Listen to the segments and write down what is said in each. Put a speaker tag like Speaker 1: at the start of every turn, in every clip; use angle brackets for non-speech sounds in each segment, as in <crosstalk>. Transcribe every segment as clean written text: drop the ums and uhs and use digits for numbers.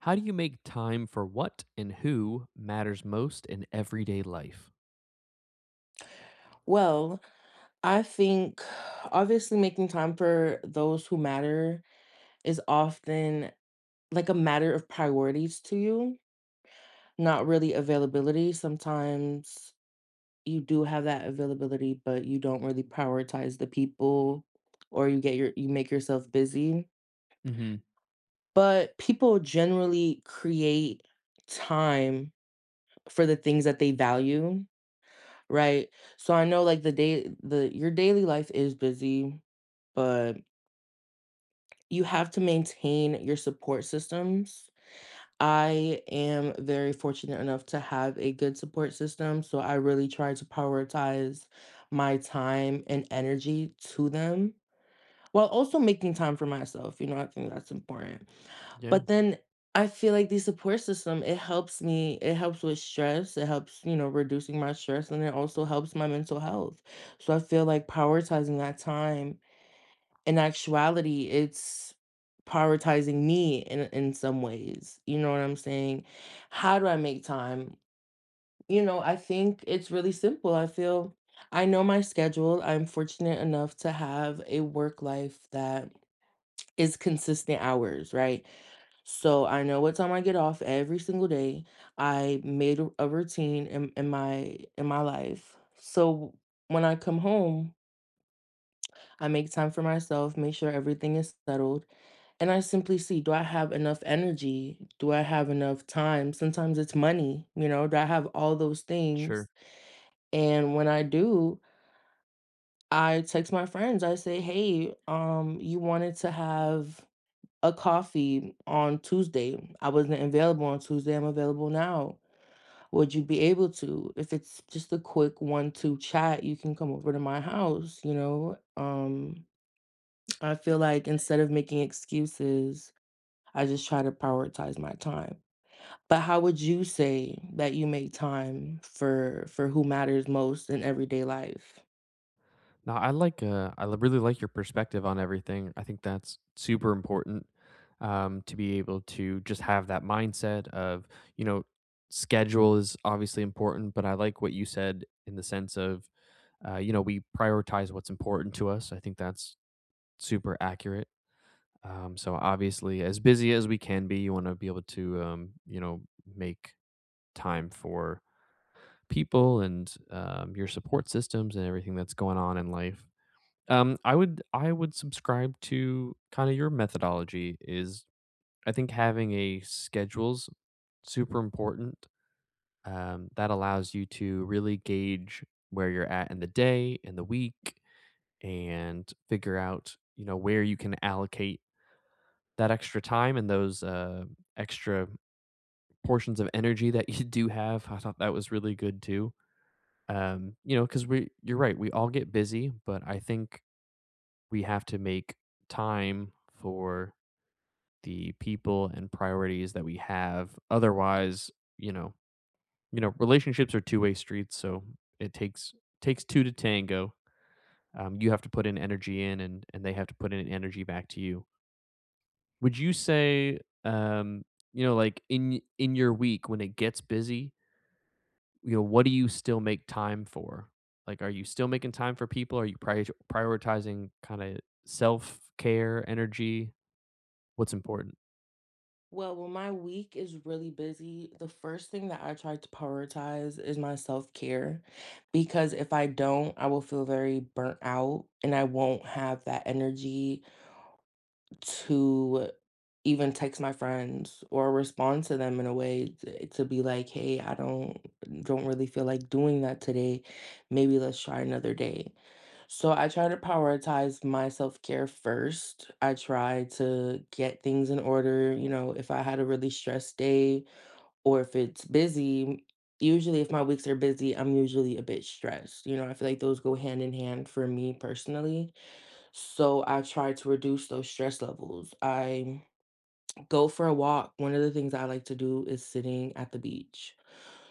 Speaker 1: How do you make time for what and who matters most in everyday life?
Speaker 2: Well, I think obviously making time for those who matter is often like a matter of priorities to you, not really availability. Sometimes you do have that availability, but you don't really prioritize the people or you make yourself busy.
Speaker 1: Hmm.
Speaker 2: But people generally create time for the things that they value, right? So I know like the day the your daily life is busy, but you have to maintain your support systems. I am very fortunate enough to have a good support system, so I really try to prioritize my time and energy to them while also making time for myself. I think that's important.
Speaker 1: Yeah.
Speaker 2: But then I feel like the support system, it helps me, it helps with stress, it helps, reducing my stress, and it also helps my mental health. So I feel like prioritizing that time in actuality, it's prioritizing me in some ways, you know what I'm saying? How do I make time? I think it's really simple. I know my schedule. I'm fortunate enough to have a work life that is consistent hours, right? So I know what time I get off every single day. I made a routine in my life. So when I come home, I make time for myself, make sure everything is settled, and I simply see, do I have enough energy? Do I have enough time? Sometimes it's money, do I have all those things?
Speaker 1: Sure.
Speaker 2: And when I do, I text my friends. I say, "Hey, you wanted to have a coffee on Tuesday. I wasn't available on Tuesday. I'm available now. Would you be able to? If it's just a quick one-two chat, you can come over to my house." I feel like instead of making excuses, I just try to prioritize my time. But how would you say that you make time for who matters most in everyday life?
Speaker 1: Now I really like your perspective on everything. I think that's super important, to be able to just have that mindset of you know schedule is obviously important, but I like what you said in the sense of we prioritize what's important to us. I think that's super accurate. So obviously, as busy as we can be, you want to be able to make time for people and your support systems and everything that's going on in life. I would subscribe to kind of your methodology is I think having a schedule's super important. That allows you to really gauge where you're at in the day and the week and figure out where you can allocate that extra time and those extra portions of energy that you do have. I thought that was really good too, because we you're right, we all get busy, but I think we have to make time for the people and priorities that we have. Otherwise, you know relationships are two-way streets, so it takes two to tango. You have to put in energy in, and they have to put in energy back to you. Would you say, um like in your week when it gets busy, what do you still make time for? Like, are you still making time for people? Are you prioritizing kind of self care, energy? What's important?
Speaker 2: Well, when my week is really busy, the first thing that I try to prioritize is my self-care because if I don't, I will feel very burnt out and I won't have that energy to even text my friends or respond to them in a way t to be like, "Hey, I don't really feel like doing that today. Maybe let's try another day." So I try to prioritize my self-care first. I try to get things in order, if I had a really stressed day or if it's busy, usually if my weeks are busy, I'm usually a bit stressed. I feel like those go hand in hand for me personally. So I try to reduce those stress levels. I Go for a walk. One of the things I like to do is sitting at the beach.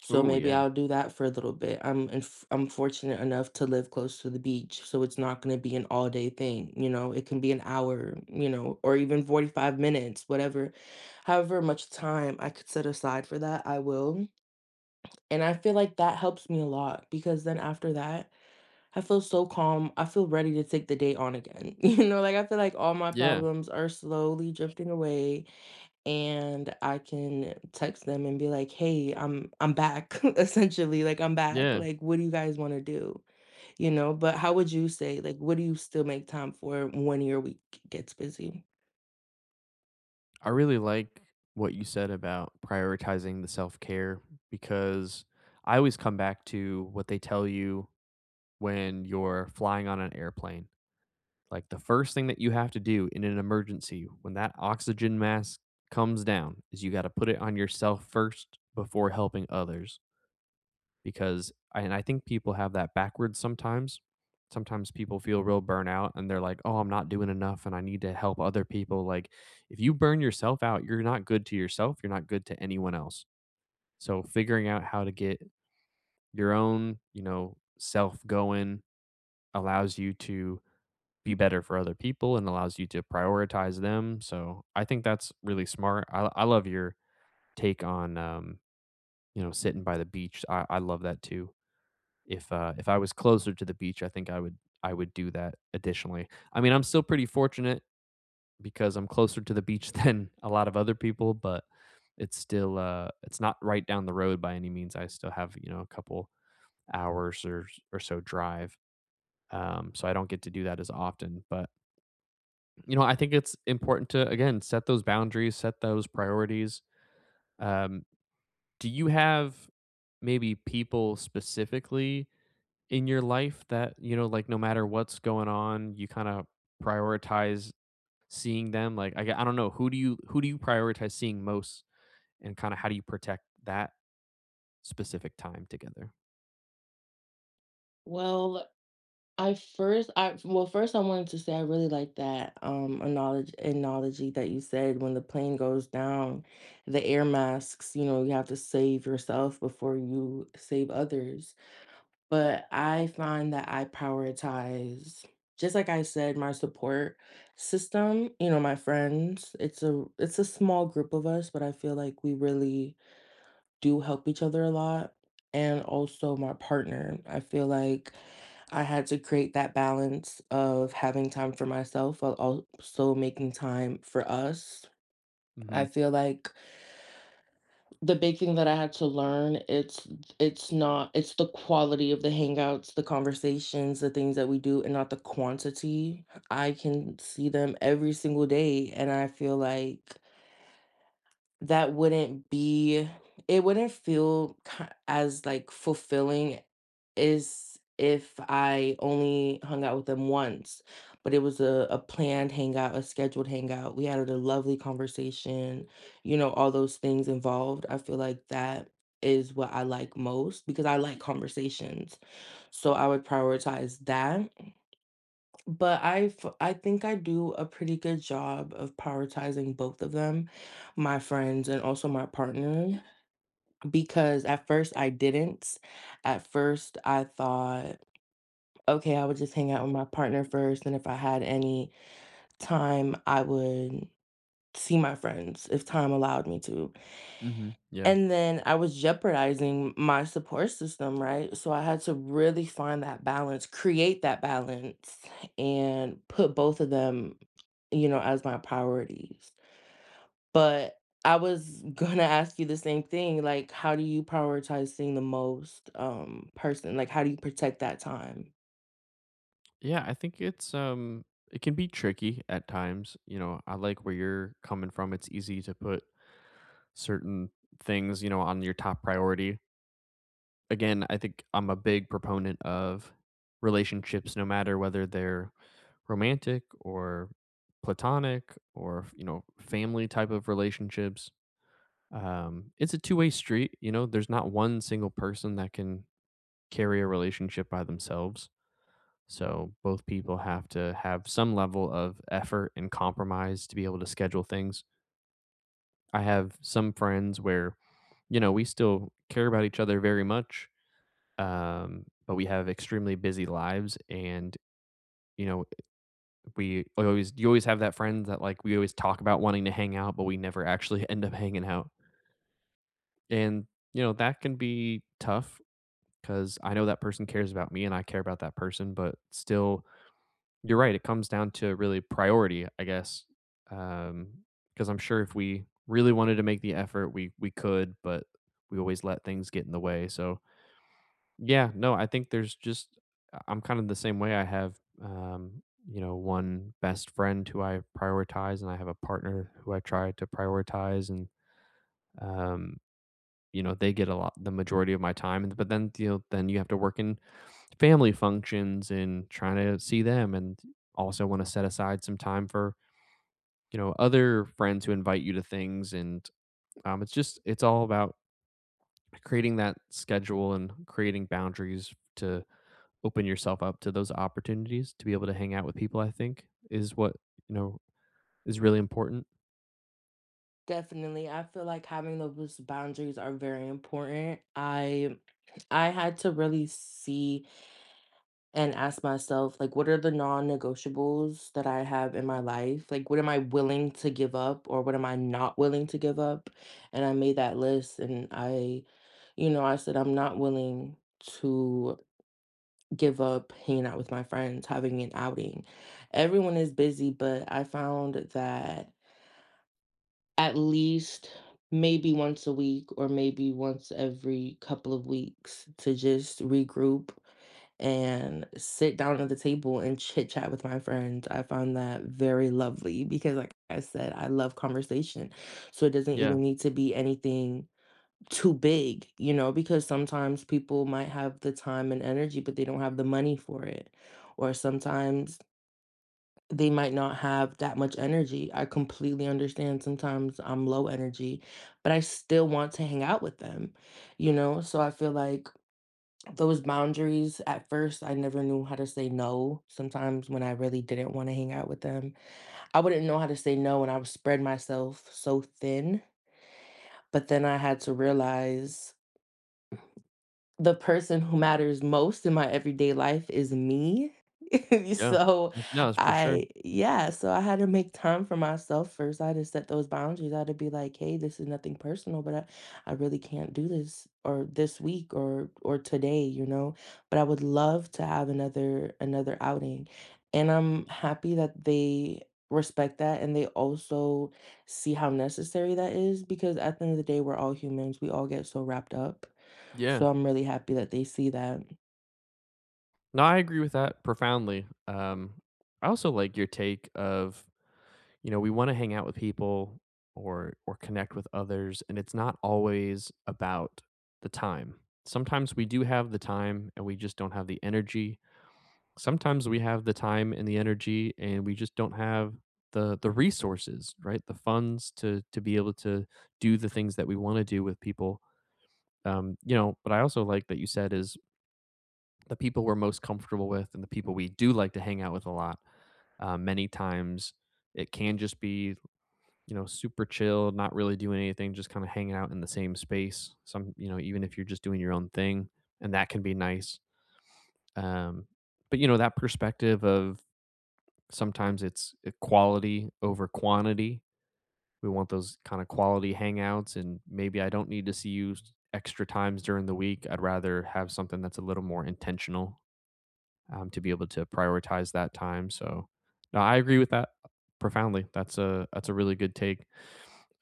Speaker 2: So
Speaker 1: Ooh,
Speaker 2: maybe
Speaker 1: yeah.
Speaker 2: I'll do that for a little bit. I'm fortunate enough to live close to the beach, so it's not gonna be an all day thing, you know? It can be an hour, or even 45 minutes, whatever. However much time I could set aside for that, I will. And I feel like that helps me a lot because then after that, I feel so calm. I feel ready to take the day on again. <laughs> Like I feel like all my
Speaker 1: Yeah.
Speaker 2: problems are slowly drifting away, and I can text them and be like, "Hey, I'm back," <laughs> essentially, like, "I'm back.
Speaker 1: Yeah.
Speaker 2: Like, what do you guys wanna do?" You know? But how would you say, like, what do you still make time for when your week gets busy?
Speaker 1: I really like what you said about prioritizing the self care because I always come back to what they tell you when you're flying on an airplane. Like the first thing that you have to do in an emergency when that oxygen mask comes down is you got to put it on yourself first before helping others. Because I think people have that backwards sometimes. Sometimes people feel real burnout and they're like, "Oh, I'm not doing enough and I need to help other people." Like if you burn yourself out, you're not good to yourself, you're not good to anyone else. So figuring out how to get your own, self going allows you to be better for other people and allows you to prioritize them. So I think that's really smart. I love your take on, sitting by the beach. I love that too. If I was closer to the beach, I think I would do that additionally. I mean, I'm still pretty fortunate because I'm closer to the beach <laughs> than a lot of other people, but it's not right down the road by any means. I still have a couple hours or so drive. So I don't get to do that as often, but I think it's important to again set those boundaries, set those priorities. Um, do you have maybe people specifically in your life that, like, no matter what's going on, you kinda prioritize seeing them? Like, I don't know, who do you prioritize seeing most, and kinda how do you protect that specific time together?
Speaker 2: Well, I first I well, first I wanted to say I really like that knowledge analogy that you said when the plane goes down, the air masks, you have to save yourself before you save others. But I find that I prioritize, just like I said, my support system, my friends. It's a small group of us, but I feel like we really do help each other a lot. And also my partner. I feel like I had to create that balance of having time for myself while also making time for us. I
Speaker 1: Mhm,
Speaker 2: feel like the big thing that I had to learn, it's not it's the quality of the hangouts, the conversations, the things that we do and not the quantity. I can see them every single day, and I feel like that wouldn't be it wouldn't feel as like fulfilling is if I only hung out with them once, but it was a planned hangout, a scheduled hangout. We had a lovely conversation, all those things involved. I feel like that is what I like most because I like conversations. So I would prioritize that. But I think I do a pretty good job of prioritizing both of them, my friends and also my partner, because at first I didn't. At first I thought, okay, I would just hang out with my partner first, and if I had any time, I would see my friends if time allowed me to.
Speaker 1: mhm, yeah.
Speaker 2: And then I was jeopardizing my support system, right? So I had to really find that balance, create that balance, and put both of them, as my priorities. But I was <laughs> gonna ask you the same thing, like, how do you prioritize seeing the most person? Like, how do you protect that time?
Speaker 1: Yeah, I think it can be tricky at times, I like where you're coming from. It's easy to put certain things, on your top priority. Again, I think I'm a big proponent of relationships, no matter whether they're romantic or platonic or, family type of relationships. It's a two-way street. There's not one single person that can carry a relationship by themselves. So both people have to have some level of effort and compromise to be able to schedule things. I have some friends where, we still care about each other very much, but we have extremely busy lives, and you know you always have that friend that like we always talk about wanting to hang out, but we never actually <laughs> end up hanging out. And that can be tough, because I know that person cares about me, and I care about that person, but still, you're right, it comes down to really priority, I guess, um because I'm sure if we really wanted to make the effort, we could, but we always let things get in the way, so. Yeah, no, I think there's just I'm kind of the same way. I have one best friend who I prioritize, and I have a partner who I try to prioritize, and um, they get a lot the majority of my time, and but then then you have to work in family functions and trying to see them, and also want to set aside some time for, other friends who invite you to things, and it's all about creating that schedule and creating boundaries to open yourself up to those opportunities to be able to hang out with people, I think is what, you know, is really important.
Speaker 2: Definitely. I feel like having those boundaries are very important. I had to really see and ask myself, like, what are the non-negotiables that I have in my life? Like, what am I willing to give up or what am I not willing to give up? And I made that list and I said I'm not willing to give up hanging out with my friends, having an outing. Everyone is busy, but I found that at least maybe once a week or maybe once every couple of weeks to just regroup and sit down at the table and chit chat with my friends. I found that very lovely because, like I said, I love conversation. So it doesn't
Speaker 1: Yeah.
Speaker 2: even need to be anything too big, because sometimes people might have the time and energy, but they don't have the money for it. Or sometimes they might not have that much energy. I completely understand sometimes I'm low energy, but I still want to hang out with them, you know? So I feel like those boundaries, at first, I never knew how to say no sometimes when I really didn't want to hang out with them. I wouldn't know how to say no and I would spread myself so thin. But then I had to realize the person who matters most in my everyday life is me. <laughs>
Speaker 1: Yeah.
Speaker 2: so
Speaker 1: That's no, that's for sure.
Speaker 2: so I had to make time for myself first. I had to set those boundaries. I had to be like, hey, this is nothing personal, but I really can't do this or this week or today. But I would love to have another outing. And I'm happy that they respect that and they also see how necessary that is because at the end of the day we're all humans. We all get so wrapped up,
Speaker 1: Yeah.
Speaker 2: so I'm really happy that they see that.
Speaker 1: No, I agree with that profoundly. I also like your take of, we want to hang out with people or connect with others, and it's not always about the time. Sometimes we do have the time and we just don't have the energy. Sometimes we have the time and the energy, and we just don't have the resources, right, the funds to be able to do the things that we want to do with people. But I also like that you said is the people we're most comfortable with, and the people we do like to hang out with a lot. Many times it can just be super chill, not really doing anything, just kind of hanging out in the same space, some you know even if you're just doing your own thing. And that can be nice, um but that perspective of, sometimes it's quality over quantity. We want those kind of quality hangouts, and maybe I don't need to see you extra times during the week. I'd rather have something that's a little more intentional, to be able to prioritize that time. So, no, I agree with that profoundly. That's a really good take.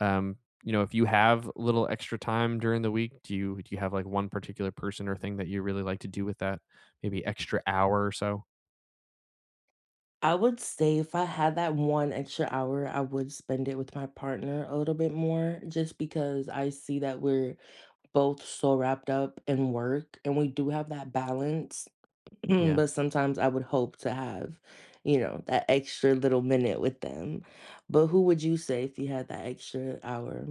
Speaker 1: Um, if you have little extra time during the week, do you have like one particular person or thing that you really like to do with that maybe extra hour or so?
Speaker 2: I would say if I had that one extra hour, I would spend it with my partner a little bit more just because I see that we're both so wrapped up in work and we do have that balance. <clears throat>
Speaker 1: Yeah.
Speaker 2: But sometimes I would hope to have, that extra little minute with them. But who would you say if you had that extra hour?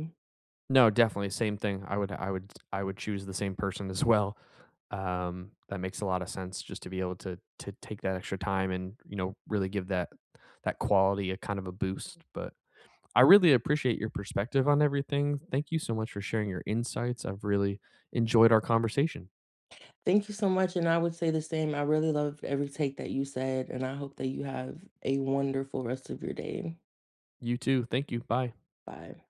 Speaker 1: No, definitely same thing. I would choose the same person as well. That makes a lot of sense just to be able to take that extra time and, really give that quality a kind of a boost, but I really appreciate your perspective on everything. Thank you so much for sharing your insights. I've really enjoyed our conversation.
Speaker 2: Thank you so much. And I would say the same. I really loved every take that you said, and I hope that you have a wonderful rest of your day.
Speaker 1: You too. Thank you. Bye.
Speaker 2: Bye.